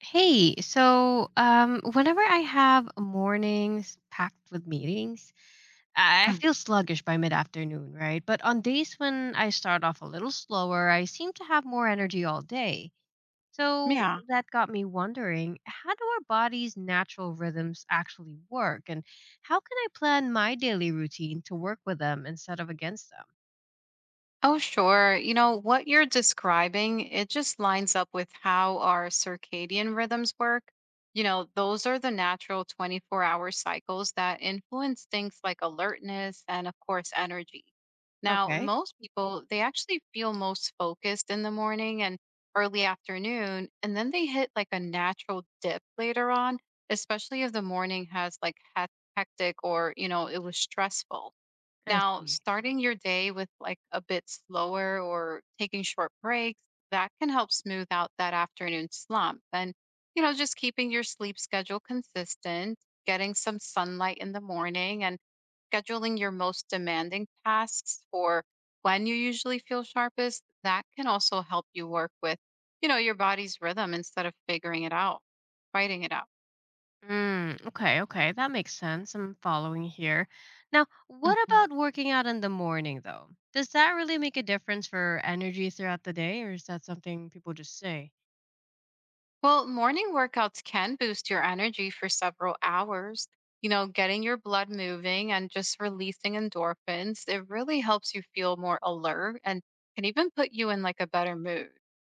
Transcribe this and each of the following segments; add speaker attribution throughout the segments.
Speaker 1: Hey, whenever I have mornings packed with meetings, I
Speaker 2: Mm,
Speaker 1: feel sluggish by mid-afternoon, right? But on days when I start off a little slower, I seem to have more energy all day. So
Speaker 2: yeah.
Speaker 1: that got me wondering, how do our body's natural rhythms actually work, and how can I plan my daily routine to work with them instead of against them?
Speaker 2: Oh, sure. You know, what you're describing, it just lines up with how our circadian rhythms work. You know, those are the natural 24-hour cycles that influence things like alertness and, of course, energy. Now,
Speaker 1: Okay.
Speaker 2: most people, they actually feel most focused in the morning and early afternoon, and then they hit like a natural dip later on, especially if the morning has like hectic or, you know, it was stressful.
Speaker 1: I
Speaker 2: Now,
Speaker 1: see.
Speaker 2: starting your day with like a bit slower or taking short breaks, that can help smooth out that afternoon slump. And, you know, just keeping your sleep schedule consistent, getting some sunlight in the morning, and scheduling your most demanding tasks for when you usually feel sharpest, that can also help you work with, you know, your body's rhythm instead of figuring it out, fighting it out.
Speaker 1: Mm, okay, okay, that makes sense. I'm following here. Now, what
Speaker 2: Mm-hmm.
Speaker 1: about working out in the morning, though? Does that really make a difference for energy throughout the day, or is that something people just say?
Speaker 2: Well, morning workouts can boost your energy for several hours. You know, getting your blood moving and just releasing endorphins, it really helps you feel more alert and can even put you in like a better mood.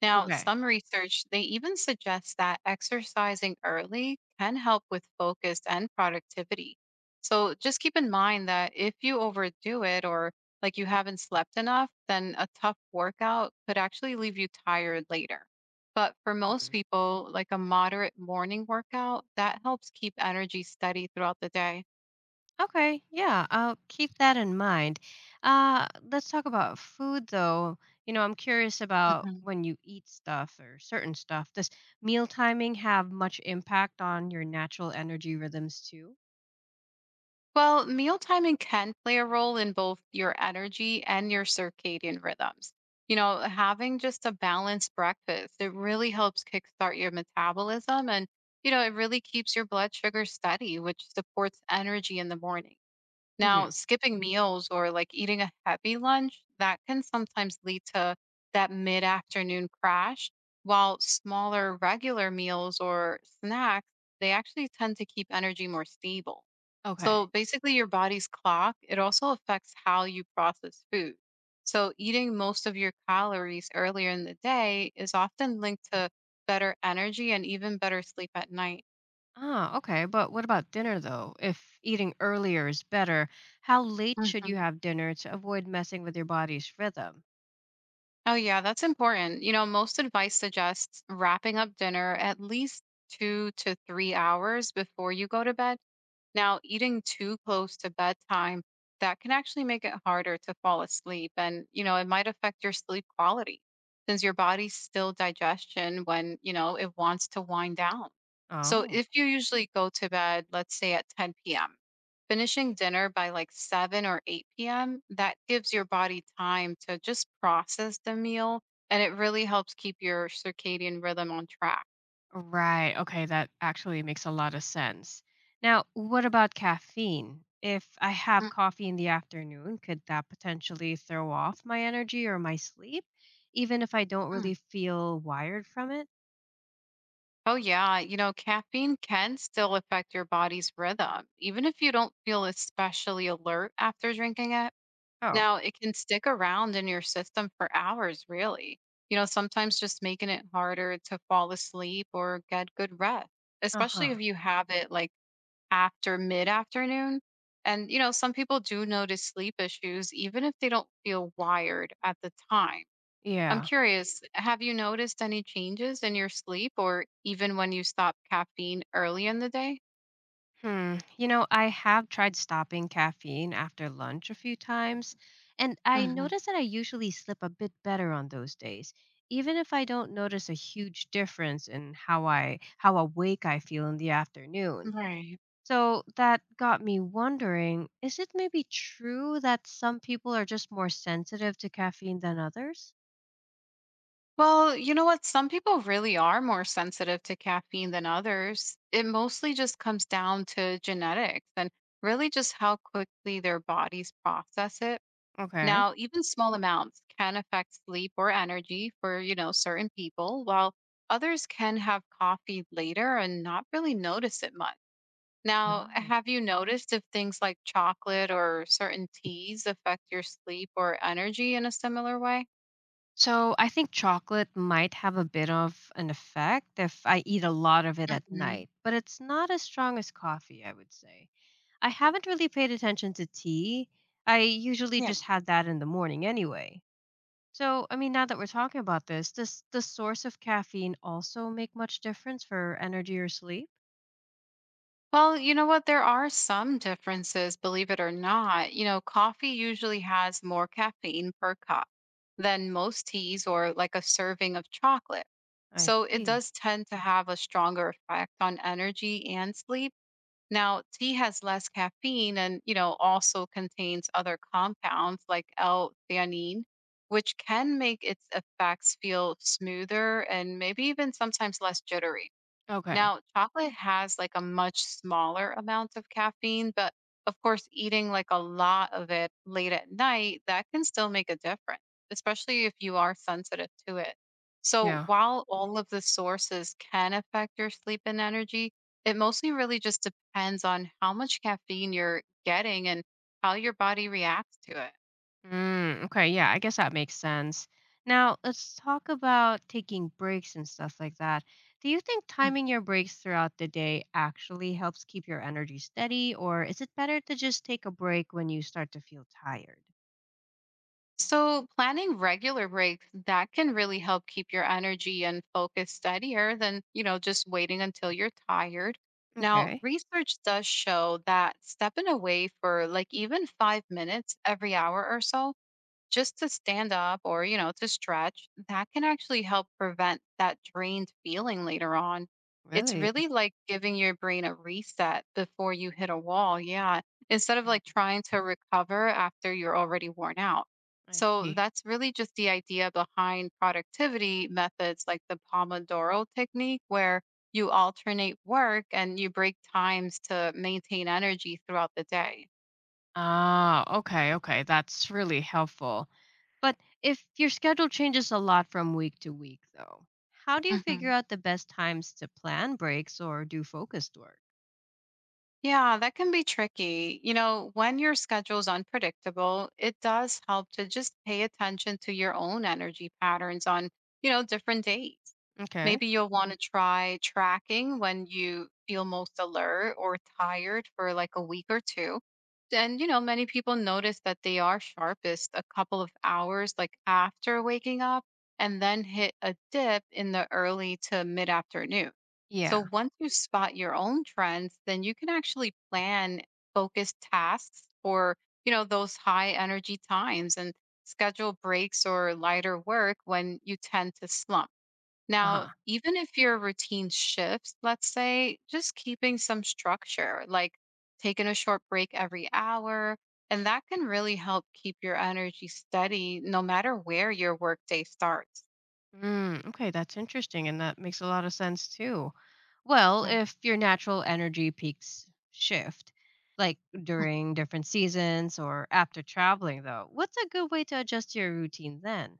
Speaker 2: Now,
Speaker 1: Okay.
Speaker 2: some research, they even suggest that exercising early can help with focus and productivity. So just keep in mind that if you overdo it or like you haven't slept enough, then a tough workout could actually leave you tired later. But for most
Speaker 1: Mhm.
Speaker 2: people, like a moderate morning workout, that helps keep energy steady throughout the day.
Speaker 1: Okay, yeah, I'll keep that in mind. Let's talk about food, though. You know, I'm curious about
Speaker 2: Mhm.
Speaker 1: when you eat stuff or certain stuff. Does meal timing have much impact on your natural energy rhythms, too?
Speaker 2: Well, meal timing can play a role in both your energy and your circadian rhythms. You know, having just a balanced breakfast, it really helps kickstart your metabolism and, you know, it really keeps your blood sugar steady, which supports energy in the morning. Now,
Speaker 1: hmm
Speaker 2: skipping meals or like eating a heavy lunch, that can sometimes lead to that mid-afternoon crash, while smaller regular meals or snacks, they actually tend to keep energy more stable. So
Speaker 1: Okay.
Speaker 2: basically your body's clock, it also affects how you process food. So eating most of your calories earlier in the day is often linked to better energy and even better sleep at night.
Speaker 1: Ah, okay. But what about dinner though? If eating earlier is better, how late should you
Speaker 2: Mhm.
Speaker 1: have dinner to avoid messing with your body's rhythm?
Speaker 2: Oh, yeah, that's important. You know, most advice suggests wrapping up dinner at least 2 to 3 hours before you go to bed. Now, eating too close to bedtime, that can actually make it harder to fall asleep. And, you know, it might affect your sleep quality since your body's still digestion when, you know, it wants to wind down. So
Speaker 1: Oh,
Speaker 2: if you usually go to bed, let's say at 10 p.m., finishing dinner by like 7 or 8 p.m., that gives your body time to just process the meal, and it really helps keep your circadian rhythm on track.
Speaker 1: right. Okay, that actually makes a lot of sense. Now, what about caffeine? If I have coffee in the afternoon, could that potentially throw off my energy or my sleep, even if I don't
Speaker 2: Mhm.
Speaker 1: really feel wired from it?
Speaker 2: Oh, yeah. You know, caffeine can still affect your body's rhythm, even if you don't feel especially alert after drinking it.
Speaker 1: Oh,
Speaker 2: Now, it can stick around in your system for hours, really. You know, sometimes just making it harder to fall asleep or get good rest, especially
Speaker 1: uh-huh.
Speaker 2: if you have it like after mid-afternoon. And you know, some people do notice sleep issues even if they don't feel wired at the time. I'm
Speaker 1: Yeah.
Speaker 2: curious, have you noticed any changes in your sleep or even when you stop caffeine early in the day?
Speaker 1: Hmm. You know, I have tried stopping caffeine after lunch a few times, and I
Speaker 2: Hmm.
Speaker 1: notice that I usually slip a bit better on those days, even if I don't notice a huge difference in how I how awake I feel in the afternoon.
Speaker 2: Right.
Speaker 1: So that got me wondering, is it maybe true that some people are just more sensitive to caffeine than others?
Speaker 2: Well, you know what? Some people really are more sensitive to caffeine than others. It mostly just comes down to genetics and really just how quickly their bodies process it.
Speaker 1: Okay.
Speaker 2: Now, even small amounts can affect sleep or energy for, you know, certain people, while others can have coffee later and not really notice it much. Now, have you noticed if things like chocolate or certain teas affect your sleep or energy in a similar way?
Speaker 1: So I think chocolate might have a bit of an effect if I eat a lot of it at
Speaker 2: Mhm.
Speaker 1: night, but it's not as strong as coffee, I would say. I haven't really paid attention to tea. I usually
Speaker 2: Yeah.
Speaker 1: just had that in the morning anyway. So, I mean, now that we're talking about this, does the source of caffeine also make much difference for energy or sleep?
Speaker 2: Well, you know what? There are some differences, believe it or not. You know, coffee usually has more caffeine per cup than most teas or like a serving of chocolate.
Speaker 1: I
Speaker 2: So it
Speaker 1: see.
Speaker 2: does tend to have a stronger effect on energy and sleep. Now, tea has less caffeine and, you know, also contains other compounds like L-theanine, which can make its effects feel smoother and maybe even sometimes less jittery.
Speaker 1: Okay.
Speaker 2: Now, chocolate has like a much smaller amount of caffeine, but of course, eating like a lot of it late at night, that can still make a difference, especially if you are sensitive to it. So,
Speaker 1: Yeah.
Speaker 2: while all of the sources can affect your sleep and energy, it mostly really just depends on how much caffeine you're getting and how your body reacts to it.
Speaker 1: Mm, okay, yeah, I guess that makes sense. Now, let's talk about taking breaks and stuff like that. Do you think timing your breaks throughout the day actually helps keep your energy steady, or is it better to just take a break when you start to feel tired?
Speaker 2: So, planning regular breaks that can really help keep your energy and focus steadier than, you know, just waiting until you're tired. Now,
Speaker 1: Okay,
Speaker 2: research does show that stepping away for like even 5 minutes every hour or so just to stand up or, you know, to stretch, that can actually help prevent that drained feeling later on. It's
Speaker 1: really?
Speaker 2: really like giving your brain a reset before you hit a wall. Yeah. Instead of
Speaker 1: Mhm,
Speaker 2: like trying to recover after you're already worn out.
Speaker 1: I
Speaker 2: So
Speaker 1: see.
Speaker 2: that's really just the idea behind productivity methods like the Pomodoro technique, where you alternate work and you break times to maintain energy throughout the day.
Speaker 1: Ah, okay, okay, that's really helpful. But if your schedule changes a lot from week to week, though, how do you figure
Speaker 2: Mhm.
Speaker 1: out the best times to plan breaks or do focused work?
Speaker 2: Yeah, that can be tricky. You know, when your schedule's unpredictable, it does help to just pay attention to your own energy patterns on, you know, different days.
Speaker 1: Okay.
Speaker 2: Maybe you'll want to try tracking when you feel most alert or tired for like a week or two. And, you know, many people notice that they are sharpest a couple of hours like after waking up and then hit a dip in the early to mid afternoon.
Speaker 1: Yeah.
Speaker 2: So once you spot your own trends, then you can actually plan focused tasks for, you know, those high energy times and schedule breaks or lighter work when you tend to slump. Now,
Speaker 1: Uh-huh.
Speaker 2: even if your routine shifts, let's say just keeping some structure, like taking a short break every hour, and that can really help keep your energy steady no matter where your workday starts.
Speaker 1: Mm, okay, that's interesting, and that makes a lot of sense too. Well,
Speaker 2: Mhm.
Speaker 1: if your natural energy peaks shift, like during different seasons or after traveling, though, what's a good way to adjust your routine then?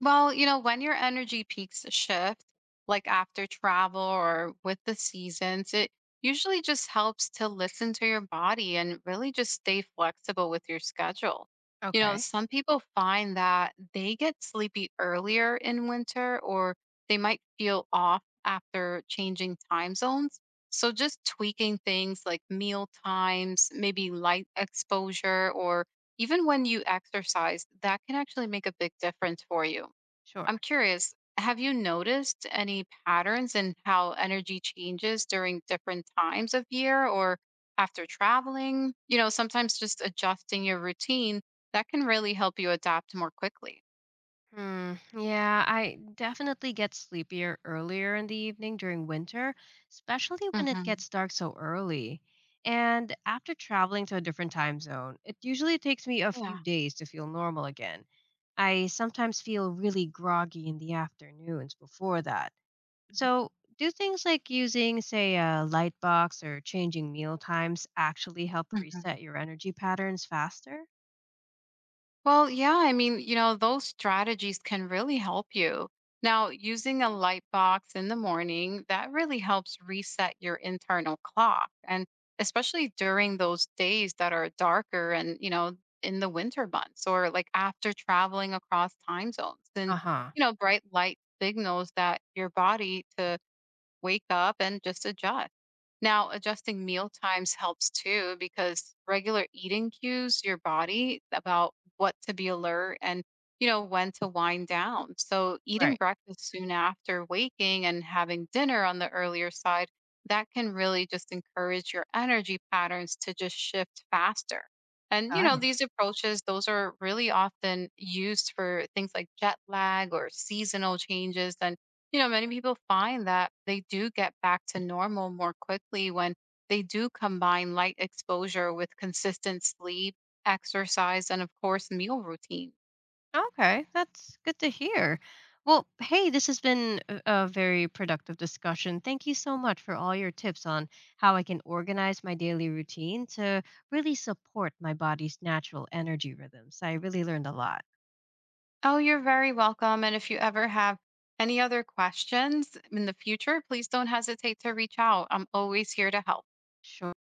Speaker 2: Well, you know, when your energy peaks shift, like after travel or with the seasons, it usually just helps to listen to your body and really just stay flexible with your schedule. You know,
Speaker 1: Okay.
Speaker 2: some people find that they get sleepy earlier in winter or they might feel off after changing time zones. So just tweaking things like meal times, maybe light exposure, or even when you exercise, that can actually make a big difference for you.
Speaker 1: Sure.
Speaker 2: I'm curious, have you noticed any patterns in how energy changes during different times of year or after traveling? You know, sometimes just adjusting your routine that can really help you adapt more quickly.
Speaker 1: Hmm. Yeah, I definitely get sleepier earlier in the evening during winter, especially when it
Speaker 2: Hmm.
Speaker 1: gets dark so early. And after traveling to a different time zone, it usually takes me a
Speaker 2: Yeah.
Speaker 1: few days to feel normal again. I sometimes feel really groggy in the afternoons before that. So, do things like using, say, a light box or changing meal times actually help reset your energy patterns faster?
Speaker 2: Well, yeah, I mean, you know, those strategies can really help you. Now, using a light box in the morning, that really helps reset your internal clock. And especially during those days that are darker and, you know, in the winter months or like after traveling across time zones and,
Speaker 1: Uh huh.
Speaker 2: you know, bright light signals that your body to wake up and just adjust. Now, adjusting meal times helps too because regular eating cues your body about what to be alert and you know when to wind down. So, eating
Speaker 1: Right.
Speaker 2: breakfast soon after waking and having dinner on the earlier side, that can really just encourage your energy patterns to just shift faster. And you
Speaker 1: Got
Speaker 2: know,
Speaker 1: it.
Speaker 2: these approaches, those are really often used for things like jet lag or seasonal changes, and you know, many people find that they do get back to normal more quickly when they do combine light exposure with consistent sleep, exercise, and of course, meal routine.
Speaker 1: Okay, that's good to hear. Well, hey, this has been a very productive discussion. Thank you so much for all your tips on how I can organize my daily routine to really support my body's natural energy rhythms. I really learned a lot.
Speaker 2: Oh, you're very welcome. And if you ever have any other questions in the future, please don't hesitate to reach out. I'm always here to help.
Speaker 1: Sure.